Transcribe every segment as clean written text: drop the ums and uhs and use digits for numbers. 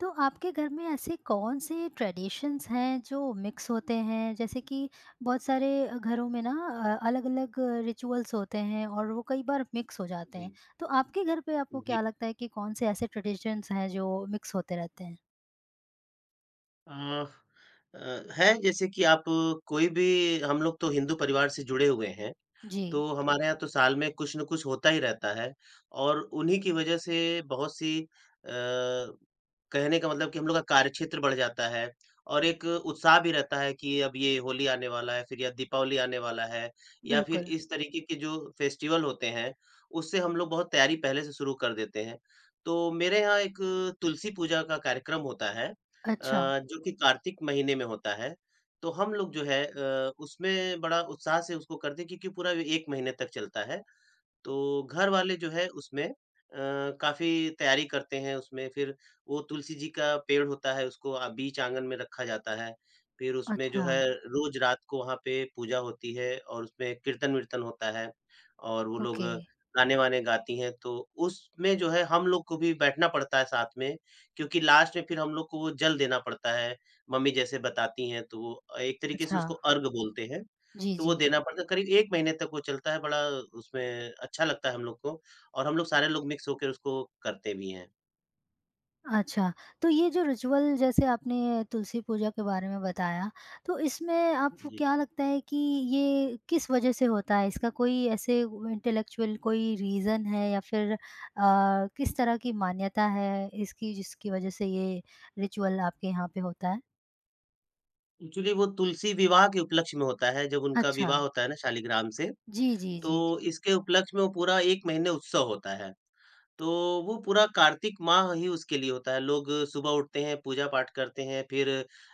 तो आपके घर में ऐसे कौन से ट्रेडिशंस हैं जो मिक्स होते हैं जैसे कि बहुत सारे घरों में ना अलग-अलग रिचुअल्स होते हैं और वो कई बार मिक्स हो जाते हैं जी, तो आपके घर पे आपको जी। क्या लगता है कि कौन से ऐसे ट्रेडिशंस हैं जो मिक्स होते रहते हैं? अ अ, है जैसे कि आप कोई भी हम लोग तो हिंदू परिवार से जुड़े हुए हैं। जी, तो हमारे यहाँ तो साल में कुछ न कुछ होता ही रहता है और उन्हीं की वजह से बहुत सी कहने का मतलब कि हम लोग का कार्यक्षेत्र बढ़ जाता है और एक उत्साह भी रहता है कि अब ये होली आने वाला है, फिर या दीपावली आने वाला है या फिर बिल्कुल। इस तरीके के जो फेस्टिवल होते हैं, उससे हम लोग बहुत तैयारी पहले से शुरू कर देते हैं। तो मेरे यहाँ एक तुलसी पूजा का कार्यक्रम होता है अच्छा, जो कि कार्तिक महीने में होता है। तो हम लोग जो है उसमें बड़ा उत्साह से उसको करते हैं क्योंकि पूरा 1 महीने तक चलता है। तो घर वाले जो है उसमें काफ़ी तैयारी करते हैं उसमें। फिर वो तुलसी जी का पेड़ होता है उसको बीच आँगन में रखा जाता है। फिर उसमें जो अच्छा, है रोज़ रात को वहाँ पे पूजा होती है और उसमें कीर्तन-वीर्तन होता है और वो लोग ओके, गाने-वाने गाती हैं। तो उसमें जो है हम लोग को भी बैठना पड़ता है साथ में क्योंकि लास्ट में फिर हम लोग को वो जल देना पड़ता है। मम्मी जैसे बताती हैं तो वो एक तरीके से अच्छा। उसको अर्घ बोलते हैं। जी, तो वो जी। देना पड़ता है, करीब 1 महीने तक वो चलता है, बड़ा उसमें अच्छा लगता है हम लोग को और हम लोग सारे लोग मिक्स होकर उसको करते भी हैं। अच्छा, तो ये जो रिचुअल जैसे आपने तुलसी पूजा के बारे में बताया, तो इसमें आपको जी। क्या लगता है कि ये किस वजह से होता है? इसका कोई ऐसे इंटेलेक्चुअल कोई रीज़न है या फिर किस तरह की मान्यता है इसकी जिसकी वजह से ये रिचुअल आपके यहाँ पे होता है? एक्चुअली वो तुलसी विवाह के उपलक्ष्य में होता है, जब उनका अच्छा। विवाह होता है ना शालिग्राम से, जी, जी, जी, जी। तो इसके उपलक्ष्य में वो पूरा 1 महीने उत्सव होता है। तो वो पूरा कार्तिक माह ही उसके लिए होता है। लोग सुबह उठते हैं, पूजा-पाठ करते हैं, फिर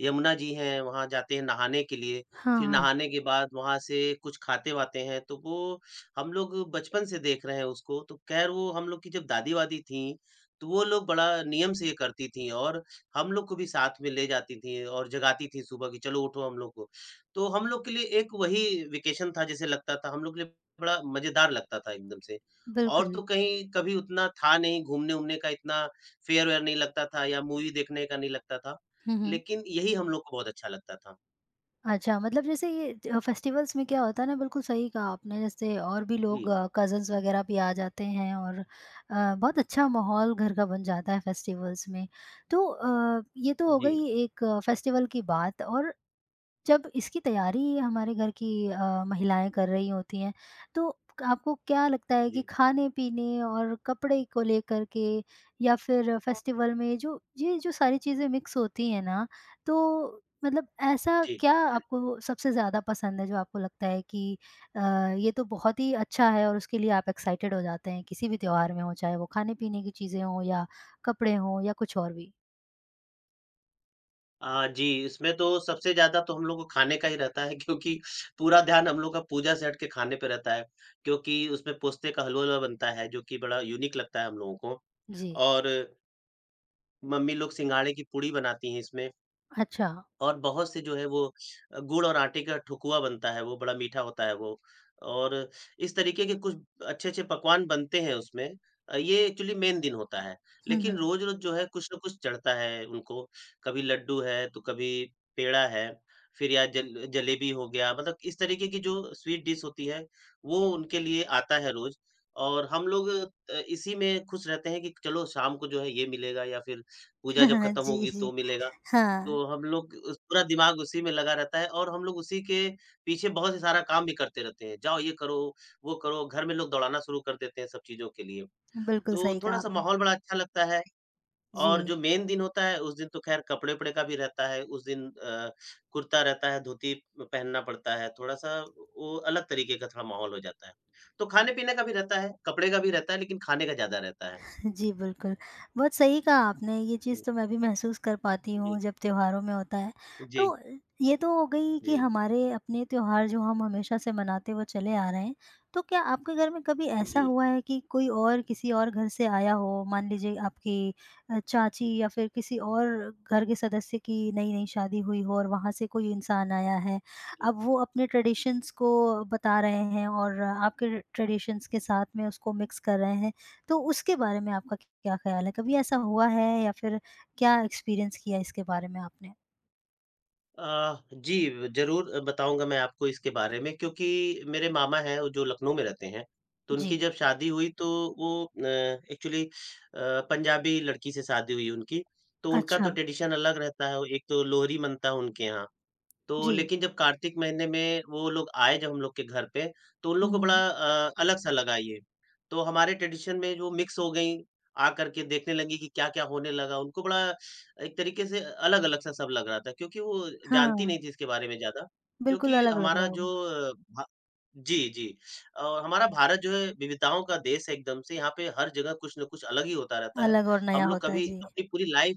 यमुना जी हैं, वहाँ जाते हैं नहाने के लिए। हाँ, फिर हाँ, नहाने के बाद वहाँ से कुछ खाते-वाते हैं, तो वो हम लोग बचपन से देख रहे हैं उसको। तो ख़ैर वो हम लोग की जब दादी-वादी थीं, तो वो लोग बड़ा नियम से ये करती थीं और हम लोग को भी साथ में ले जाती थीं और जगाती थीं सुबह कि चलो उठो हम लोग को। तो हम लोग के लिए एक वही वेकेशन था जैसे लगता था, हम लोग के लिए बड़ा मज़ेदार लगता था एकदम से। और बिल्कुल। तो कहीं कभी उतना था नहीं, घूमने-वूमने का इतना फेयर-वेयर नहीं लगता था या मूवी देखने का नहीं लगता था। हुँ, हुँ। लेकिन यही हम लोग को बहुत अच्छा लगता था। अच्छा, मतलब जैसे ये ज फेस्टिवल्स में क्या होता है ना, बिल्कुल सही कहा आपने, जैसे और भी लोग जी, कज़िन्स वग़ैरह भी आ जाते हैं और बहुत अच्छा माहौल घर का बन जाता है फेस्टिवल्स में। तो ये तो हो जी, गई एक फेस्टिवल की बात और जब इसकी तैयारी हमारे घर की महिलाएँ कर रही होती हैं, तो आपको क्या लगता है कि जी, खाने-पीने और कपड़े को लेकर के या फिर फेस्टिवल में जो ये जो सारी चीज़ें मिक्स होती हैं ना, तो मतलब ऐसा जी। क्या आपको सबसे ज़्यादा पसंद है जो आपको लगता है कि अ, ये तो बहुत ही अच्छा है और उसके लिए आप एक्साइटेड हो जाते हैं किसी भी त्योहार में हो, चाहे वो खाने-पीने की चीज़ें हों या कपड़े हों या कुछ और भी? जी, इसमें तो सबसे ज़्यादा तो हम लोग को खाने का ही रहता है क्योंकि पूरा ध्यान हम लोग का पूजा से हट के खाने पे रहता है, क्योंकि उसमें पोस्ते का हलवा-वलवा बनता है, जो कि बड़ा यूनिक लगता है हम लोगों को जी। और मम्मी लोग सिंघाड़े की पूड़ी बनाती हैं इसमें। अच्छा। और बहुत से जो है वो गुड़ और आटे का ठुकुआ बनता है वो, बड़ा मीठा होता है वो। और इस तरीके के कुछ अच्छे-अच्छे पकवान बनते हैं उसमें। ये एक्चुअली मेन दिन होता है। हुँ, लेकिन हुँ। रोज़-रोज़ जो है कुछ ना कुछ चढ़ता है उनको। कभी लड्डू है, तो कभी पेड़ा है, फिर या जल जलेबी हो गया, मतलब इस तरीके की जो स्वीट डिश होती है, वो उनके लिए आता है रोज़। और हम लोग इसी में खुश रहते हैं कि चलो शाम को जो है ये मिलेगा या फिर पूजा जब खत्म जी, होगी जी। तो मिलेगा। हाँ। तो हम लोग उस पूरा दिमाग उसी में लगा रहता है और हम लोग उसी के पीछे बहुत से सारा काम भी करते रहते हैं। जाओ ये करो, वो करो, घर में लोग दौड़ाना शुरू कर देते हैं सब चीज़ों के लिए। बिल्कुल तो सही कहा थोड़ा-सा आपने। माहौल बड़ा अच्छा लगता है और जी। जो मेन दिन होता है, उस दिन तो ख़ैर कपड़े-वपड़े का भी रहता है। उस दिन कुर्ता रहता है, धोती पहनना पड़ता है। थोड़ा-सा वो अलग तरीके का थोड़ा माहौल हो जाता है। तो खाने-पीने का भी रहता है, कपड़े का भी रहता है, लेकिन खाने का ज़्यादा रहता है। जी, बिल्कुल। बहुत सही कहा आपने, ये चीज़ जी, तो मैं भी महसूस कर पाती जी। हूँ जब त्योहारों में होता है। जी, तो ये तो हो गई कि जी, हमारे अपने त्योहार जो हम हमेशा से मनाते वो चले आ रहे हैं। तो क्या आपके घर में कभी ऐसा जी, हुआ है कि कोई और किसी और घर से आया हो, मान लीजिए आपकी चाची या फिर किसी और घर के सदस्य की नई-नई शादी हुई हो और वहाँ से कोई इंसान आया है। जी। अब वो अपने ट्रेडिशंस को बता रहे हैं और आपके ट्रेडिशंस के साथ में उसको मिक्स कर रहे हैं। तो उसके बारे में आपका क्या ख़्याल है? कभी ऐसा हुआ है या फिर क्या एक्सपीरियंस किया इसके बारे में आपने? जी, ज़रूर बताऊँगा मैं आपको इसके बारे में क्योंकि मेरे मामा हैं वो जो लखनऊ में रहते हैं, तो उनकी जी। जब शादी हुई तो वो एक्चुअली पंजाबी लड़की से शादी हुई उनकी, तो उनका तो अच्छा, ट्रेडिशन अलग रहता है, एक तो लोहरी मनता है उनके यहाँ। तो जी। लेकिन जब कार्तिक महीने में वो लोग आए जब हम लोग के घर पे, तो उन लोग को हुँ, बड़ा हुँ। अलग-सा लगा ये। तो हमारे ट्रेडिशन में जो मिक्स हो गई, आ कर के देखने लगी कि क्या-क्या होने लगा, उनको बड़ा एक तरीके से अलग-अलग सा सब लग रहा था क्योंकि वो जानती हाँ, नहीं थी इसके बारे में ज़्यादा। बिल्कुल क्योंकि अलग लग हमारा रहा जो होगा। अ, भा जी, जी। और हमारा भारत जो है विविधताओं का देश है एकदम से, यहाँ पे हर जगह कुछ न कुछ अलग ही होता रहता है। अलग और हम नया लोग होता है, कभी जी। अपनी पूरी लाइफ़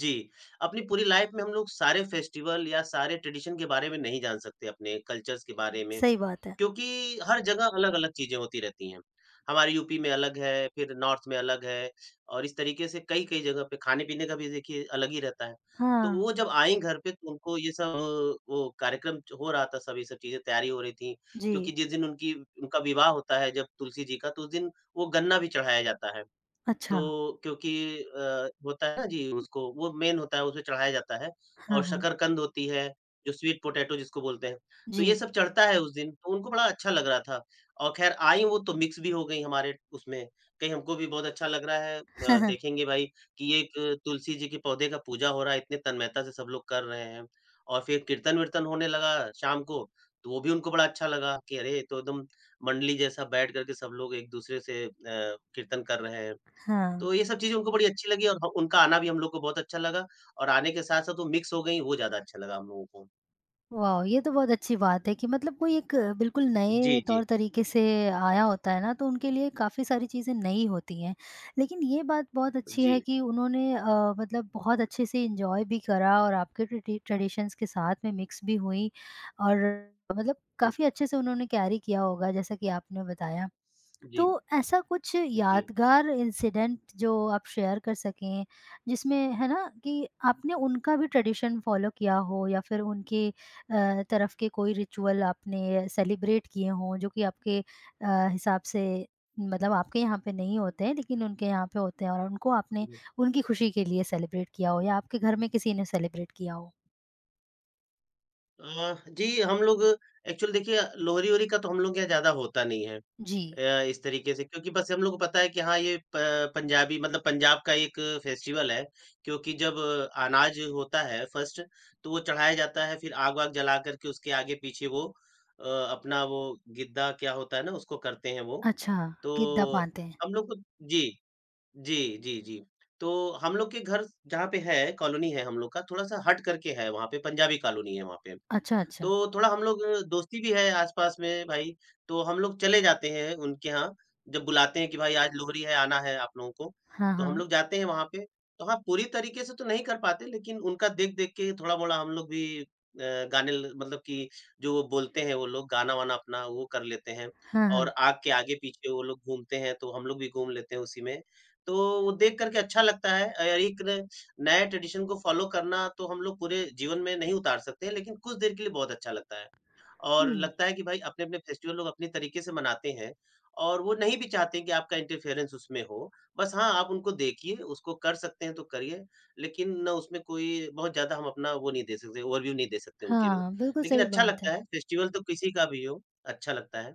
जी, अपनी पूरी लाइफ में हम लोग सारे फेस्टिवल या सारे ट्रेडिशन के बारे में नहीं जान सकते अपने कल्चर्स के बारे में, सही बात है। क्योंकि हर जगह अलग-अलग चीज़ें होती रहती हैं। हमारे यूपी में अलग है, फिर नॉर्थ में अलग है और इस तरीके से कई-कई जगह पे खाने-पीने का भी देखिए अलग ही रहता है। तो हाँ, वो जब आईं घर पे तो उनको ये सब वो कार्यक्रम हो रहा था सब ये सब चीज़ें तैयारी हो रही थी, जी। क्योंकि जिस दिन उनकी उनका विवाह होता है जब तुलसी जी का तो उस दिन वो गन्ना भी चढ़ाया जाता है। अच्छा। तो क्योंकि होता है ना जी उसको वो मेन होता है, उसमें चढ़ाया जाता है और हाँ, हाँ। शकरकंद होती है, जो स्वीट पोटैटो जिसको बोलते हैं। तो जी। ये सब चढ़ता है उस दिन, तो उनको बड़ा अच्छा लग रहा था और ख़ैर आई वो तो मिक्स भी हो गई हमारे उसमें। कहीं हमको भी बहुत अच्छा लग रहा है देखेंगे भाई कि ये एक तुलसी जी के पौधे का पूजा हो रहा है, इतने तन्मयता से सब लोग कर रहे हैं और फिर कीर्तन-वीर्तन होने लगा शाम को, तो वो भी उनको बड़ा अच्छा लगा कि अरे! ये तो एकदम मंडली जैसा बैठ कर के सब लोग एक-दूसरे से कीर्तन कर रहे हैं। हाँ। तो ये सब चीज़ें उनको बड़ी अच्छी लगी और ह उनका आना भी हम लोग को बहुत अच्छा लगा और आने के साथ-साथ वो मिक्स हो गई, वो ज़्यादा अच्छा लगा हम लोगों को। वाह! ये तो बहुत अच्छी बात है कि मतलब कोई एक बिल्कुल जी, नए जी। तौर-तरीके से आया होता है ना, तो उनके लिए काफ़ी सारी चीज़ें नई होती हैं। लेकिन ये बात बहुत अच्छी है जी। कि उन्होंने मतलब बहुत अच्छे से एन्जॉय भी करा और आपके ट्रेडिशंस के साथ में मिक्स भी हुई और मतलब काफ़ी अच्छे से उन्होंने कैरी किया होगा, जैसा कि आपने बताया। तो जी, ऐसा कुछ जी, यादगार इंसिडेंट जो आप शेयर कर सकें, जिसमें है ना कि आपने उनका भी ट्रेडिशन फ़ॉलो किया हो या फिर उनके तरफ के कोई रिचुअल आपने सेलिब्रेट किए हों जो कि आपके हिसाब से मतलब आपके यहाँ पे नहीं होते हैं लेकिन उनके यहाँ पे होते हैं और उनको आपने जी। उनकी खुशी के लिए सेलिब्रेट किया हो या आपके घर में किसी ने सेलिब्रेट किया हो? जी, हम लोग एक्चुअली देखिए लोहरी-वोहरी का तो हम लोग के यहाँ ज़्यादा होता नहीं है जी। इस तरीके से क्योंकि बस हम लोग को पता है कि हाँ, ये प पंजाबी मतलब पंजाब का एक फेस्टिवल है क्योंकि जब अनाज होता है फर्स्ट तो वो चढ़ाया जाता है फिर आग-वाग जला कर के उसके आगे-पीछे वो अपना वो गिद्दा क्या होता है ना उसको करते हैं वो अच्छा, तो गिद्दा बाँधते हैं। हम लोग को जी, जी, जी, जी। तो हम लोग के घर जहाँ पे है, कॉलोनी है हम लोग का, थोड़ा-सा हट करके है वहाँ पे, पंजाबी कॉलोनी है वहाँ पे। अच्छा, अच्छा। तो थोड़ा हम लोग दोस्ती भी है आस-पास में भाई, तो हम लोग चले जाते हैं उनके यहाँ, जब बुलाते हैं कि भाई आज लोहरी है, आना है आप लोगों को, हाँ, तो हम हाँ। लोग जाते हैं वहाँ पे। तो हाँ, पूरी तरीके से तो नहीं कर पाते लेकिन उनका देख-देख के थोड़ा-मोड़ा हम लोग भी गाने ल मतलब कि जो वो बोलते हैं वो लोग, गाना-वाना अपना वो कर लेते हैं हाँ, और हाँ। आग के आगे-पीछे वो लोग घूमते हैं, तो हम लोग भी घूम लेते हैं उसी में। तो वो देख कर के अच्छा लगता है एक नए ट्रेडिशन को फ़ॉलो करना तो हम लोग पूरे जीवन में नहीं उतार सकते हैं, लेकिन कुछ देर के लिए बहुत अच्छा लगता है। और जी। लगता है कि भाई अपने-अपने फेस्टिवल लोग अपने तरीके से मनाते हैं और वो नहीं भी चाहते कि आपका इंटरफेरेंस उसमें हो। बस हाँ, आप उनको देखिए, उसको कर सकते हैं तो करिए, लेकिन ना उसमें कोई बहुत ज़्यादा हम अपना वो नहीं दे सकते, ओवरव्यू नहीं दे सकते उनके मतलब। हाँ, बिल्कुल लेकिन सही अच्छा बात लगता है। है, फेस्टिवल तो किसी का भी हो, अच्छा लगता है।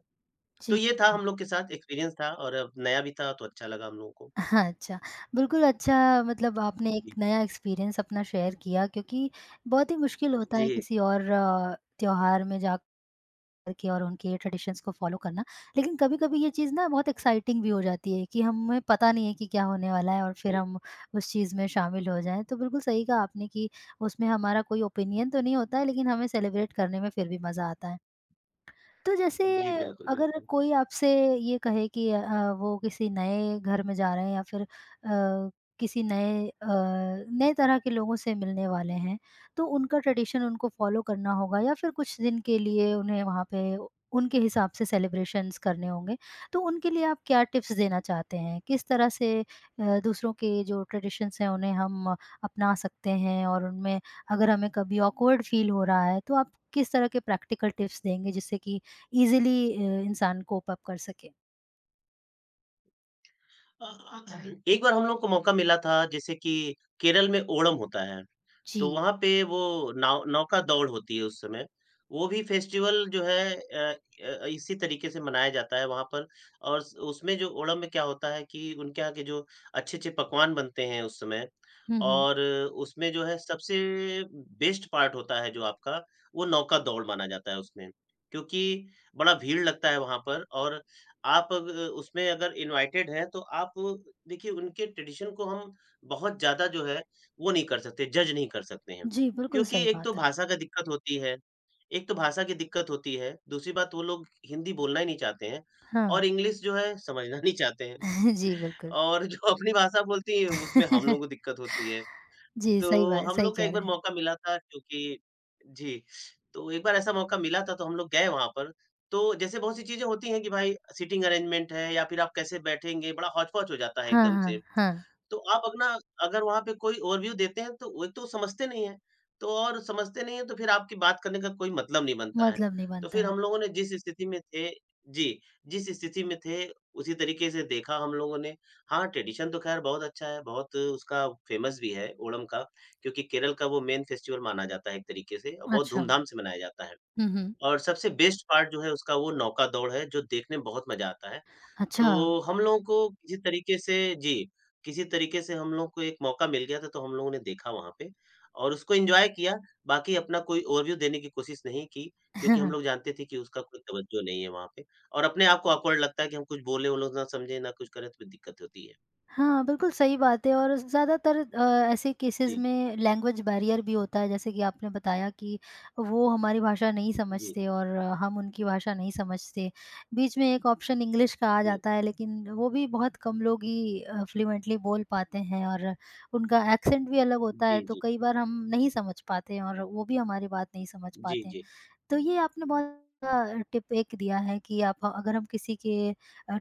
तो जी। ये था हम लोग के साथ एक्सपीरियंस था और अब नया भी था तो अच्छा लगा हम लोगों को। हाँ, अच्छा। बिल्कुल अच्छा मतलब आपने जी, एक नया एक्सपीरियंस अपना शेयर किया क्योंकि बहुत ही मुश्किल होता है जी, किसी और त्योहार में जा करके और उनके ट्रेडिशंस को फॉलो करना। लेकिन कभी-कभी ये चीज़ ना बहुत एक्साइटिंग भी हो जाती है कि हमें पता नहीं है कि क्या होने वाला है और फिर जी, हम उस चीज़ में शामिल हो जाएँ। तो बिल्कुल सही कहा आपने कि उसमें हमारा कोई ओपिनियन तो नहीं होता है लेकिन हमें सेलिब्रेट करने में फिर भी मज़ा आता है। तो जैसे जी, बिल्कुल, अगर बिल्कुल। कोई आपसे ये कहे कि हाँ, वो किसी नए घर में जा रहे हैं या फिर किसी नए नए तरह के लोगों से मिलने वाले हैं तो उनका ट्रेडिशन उनको फॉलो करना होगा या फिर कुछ दिन के लिए उन्हें वहाँ पे उनके हिसाब से सेलिब्रेशंस करने होंगे तो उनके लिए आप क्या टिप्स देना चाहते हैं किस तरह से दूसरों के जो ट्रेडिशंस हैं उन्हें हम अपना सकते हैं और उनमें अगर हमें कभी ऑकवर्ड फील हो रहा है तो आप किस तरह के प्रैक्टिकल टिप्स देंगे जिससे कि ईज़िली इंसान कोप अप कर सके। अ, एक बार हम लोग को मौका मिला था जैसे कि केरल में ओणम होता है। तो जी। वहाँ पे वो नाव नौका दौड़ होती है उस समय। वो भी फेस्टिवल जो है अ अ, इसी तरीके से मनाया जाता है वहाँ पर और स उसमें जो ओणम में क्या होता है कि उनके यहाँ के जो अच्छे-अच्छे पकवान बनते हैं उस समय हुँ, हुँ। और उसमें जो है सबसे बेस्ट पार्ट होता है जो आपका, वो नौका दौड़ माना जाता है उसमें। क्योंकि बड़ा भीड़ लगता है वहाँ पर और आप अग उसमें अगर इनवाइटेड हैं तो आप देखिए उनके ट्रेडिशन को हम बहुत ज़्यादा जो है वो नहीं कर सकते, जज नहीं कर सकते हैं। जी, बिल्कुल क्योंकि सही बात है। एक तो भाषा की दिक्कत होती है, दूसरी बात वो लोग हिंदी बोलना ही नहीं चाहते हैं हाँ। और इंग्लिश जो है समझना नहीं चाहते हैं। जी, बिल्कुल। और जो अपनी भाषा बोलती है उसमें हम लोगों को दिक्कत होती है। जी, सही तो बात हम सही लोग का कह एक रहे बार हैं। मौका मिला था क्योंकि जी, तो एक बार ऐसा मौका मिला था तो हम लोग गए वहाँ पर। तो जैसे बहुत सी चीज़ें होती हैं कि भाई सीटिंग अरेंजमेंट है या फिर आप कैसे बैठेंगे, बड़ा हौच-पौच हो जाता है हाँ, एकदम से। हाँ, हाँ। तो आप अपना अगर वहाँ पे कोई ओवरव्यू देते हैं तो वो एक तो वो समझते नहीं हैं, तो और समझते नहीं हैं तो फिर आपकी बात करने का कोई मतलब नहीं बनता है। मतलब नहीं तो बनता फिर है। हम लोगों ने जी, जिस स्थिति में थे उसी तरीके से देखा हम लोगों ने। हाँ, ट्रेडिशन तो ख़ैर बहुत अच्छा है, बहुत उसका फ़ेमस भी है ओणम का क्योंकि केरल का वो मेन फेस्टिवल माना जाता है एक तरीके से और बहुत अच्छा। धूमधाम से मनाया जाता है। हुँ, हुँ। और सबसे बेस्ट पार्ट जो है उसका वो नौका दौड़ है जो देखने में बहुत मज़ा आता है। अच्छा। तो हम लोगों को किसी तरीके से हम लोगों को एक मौका मिल गया था, तो हम लोगों ने देखा वहाँ पे और उसको एन्जॉय किया, बाकी अपना कोई ओवरव्यू देने की कोशिश नहीं की, क्योंकि हम लोग जानते थे कि उसका कोई तवज्जो नहीं है वहाँ पे और अपने आप को ऑकवर्ड लगता है कि हम कुछ बोले, वो लोग ना समझे, ना कुछ करें, तो फिर दिक्कत होती है। हाँ, बिल्कुल सही बात है और ज़्यादातर ऐसे केसेस जी, में लैंग्वेज बैरियर भी होता है, जैसे कि आपने बताया कि वो हमारी भाषा नहीं जी, समझते और हम उनकी भाषा नहीं समझते। बीच में एक ऑप्शन इंग्लिश का आ जी, जाता है, लेकिन वो भी बहुत कम लोग ही फ्लुएंटली बोल पाते हैं और उनका एक्सेंट भी अलग जी, होता है, जी, तो जी, कई बार हम नहीं समझ पाते हैं और वो भी हमारी बात नहीं समझ जी, पाते हैं। जी, तो ये आपने बहुत टिप एक दिया है कि आप अगर हम किसी के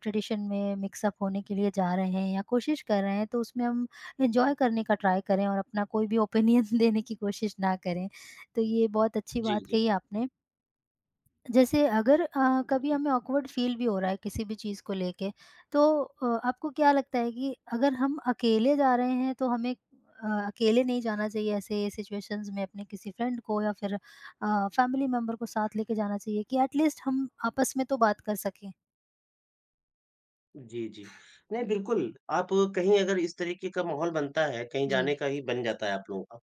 ट्रेडिशन में मिक्सअप होने के लिए जा रहे हैं या कोशिश कर रहे हैं तो उसमें हम एंजॉय करने का ट्राई करें और अपना कोई भी ओपिनियन देने की कोशिश ना करें। तो ये बहुत अच्छी बात जी, कही आपने। जैसे अगर कभी जी, हमें ऑकवर्ड फील भी हो रहा है किसी भी चीज़ को लेके, तो आपको क्या लगता है कि अगर हम अकेले जा रहे हैं तो हमें अकेले नहीं जाना चाहिए ऐसे सिचुएशंस में अपने किसी फ्रेंड को या फिर फैमिली मेंबर को साथ लेके जाना चाहिए कि एटलीस्ट हम आपस में तो बात कर सकें? जी, जी। नहीं, बिल्कुल, आप कहीं अगर इस तरीके का माहौल बनता है, कहीं जाने जी, का ही बन जाता है आप लोगों का,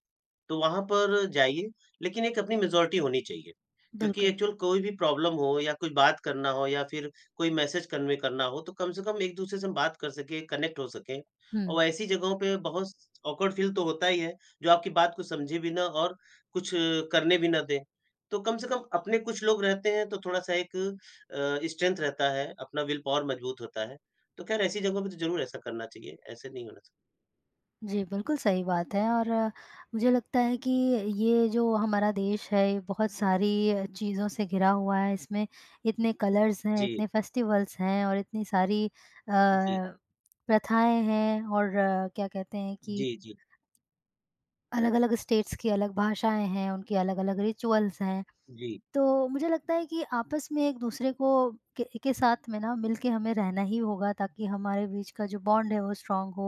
तो वहाँ पर जाइए, लेकिन एक अपनी मेजॉरिटी होनी चाहिए, क्योंकि बिल्कुल। एक्चुअल कोई भी प्रॉब्लम हो या कोई बात करना हो या फिर कोई मैसेज कन्वे करना हो, तो कम से कम एक-दूसरे से हम बात कर सकें, कनेक्ट हो सकें हुँ। और ऐसी जगहों पे बहुत ऑकवर्ड फील तो होता ही है, जो आपकी बात को समझे भी ना और कुछ करने भी ना दें। तो कम से कम अपने कुछ लोग रहते हैं, तो थोड़ा-सा एक स्ट्रेंथ रहता है, अपना विल पावर मजबूत होता है। तो खैर ऐसी जगहों पे तो ज़रूर ऐसा करना चाहिए, ऐसे नहीं होना चाहिए। जी, बिल्कुल सही बात है और मुझे लगता है कि ये जो हमारा देश है ये बहुत सारी चीज़ों से घिरा हुआ है। इसमें इतने कलर्स हैं, जी, इतने फेस्टिवल्स हैं और इतनी सारी जी, प्रथाएँ हैं और क्या कहते हैं जी, कि जी, जी। अलग-अलग स्टेट्स की अलग भाषाएँ हैं, उनकी अलग-अलग रिचुअल्स हैं। जी तो मुझे लगता है कि आपस में एक-दूसरे को के साथ में ना मिल के हमें रहना ही होगा ताकि हमारे बीच का जो बॉन्ड है वो स्ट्रॉन्ग हो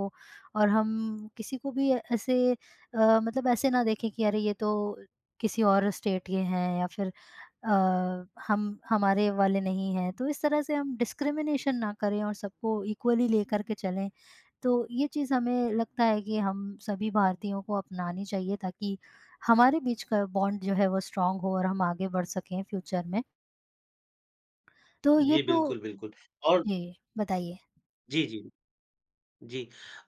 और हम किसी को भी ऐसे मतलब ऐसे ना देखें कि अरे ये तो किसी और स्टेट के हैं या फिर अ, हम हमारे वाले नहीं हैं। तो इस तरह से हम डिस्क्रिमिनेशन ना करें और सबको इक्वली लेकर के चलें। तो ये चीज़ हमें लगता है कि हम सभी भारतीयों को अपनानी चाहिए ताकि हमारे बीच का बॉन्ड जो है वो स्ट्रॉन्ग हो और हम आगे बढ़ सकें फ्यूचर में। तो ये जी, जो बिल्कुल, बिल्कुल। और जी, बताइए। जी, जी, जी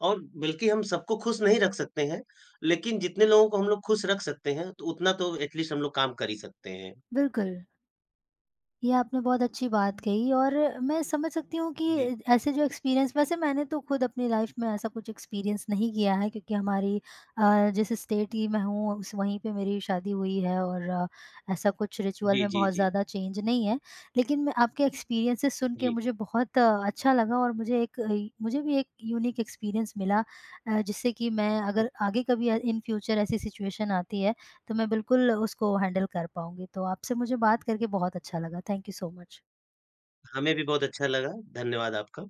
और बल्कि हम सबको खुश नहीं रख सकते हैं, लेकिन जितने लोगों को हम लोग खुश रख सकते हैं, तो उतना तो एटलीस्ट हम लोग काम कर ही सकते हैं। बिल्कुल। ये आपने बहुत अच्छी बात कही और मैं समझ सकती हूँ कि जी। ऐसे जो एक्सपीरियंस वैसे मैंने तो खुद अपनी लाइफ में ऐसा कुछ एक्सपीरियंस नहीं किया है क्योंकि हमारी जिस स्टेट की मैं हूँ उस वहीं पे मेरी शादी हुई है और ऐसा कुछ रिचुअल जी, में जी, बहुत जी, ज़्यादा चेंज नहीं है लेकिन मैं आपके एक्सपीरियंसेस सुन के जी। मुझे बहुत अच्छा लगा और मुझे एक मुझे भी एक यूनिक एक्सपीरियंस मिला जिससे कि मैं अगर आगे कभी इन फ्यूचर ऐसी सिचुएशन आती है तो मैं बिल्कुल उसको हैंडल कर पाऊँगी। तो आपसे मुझे बात करके बहुत अच्छा लगा। Thank you so much. हमें भी बहुत अच्छा लगा। धन्यवाद आपका।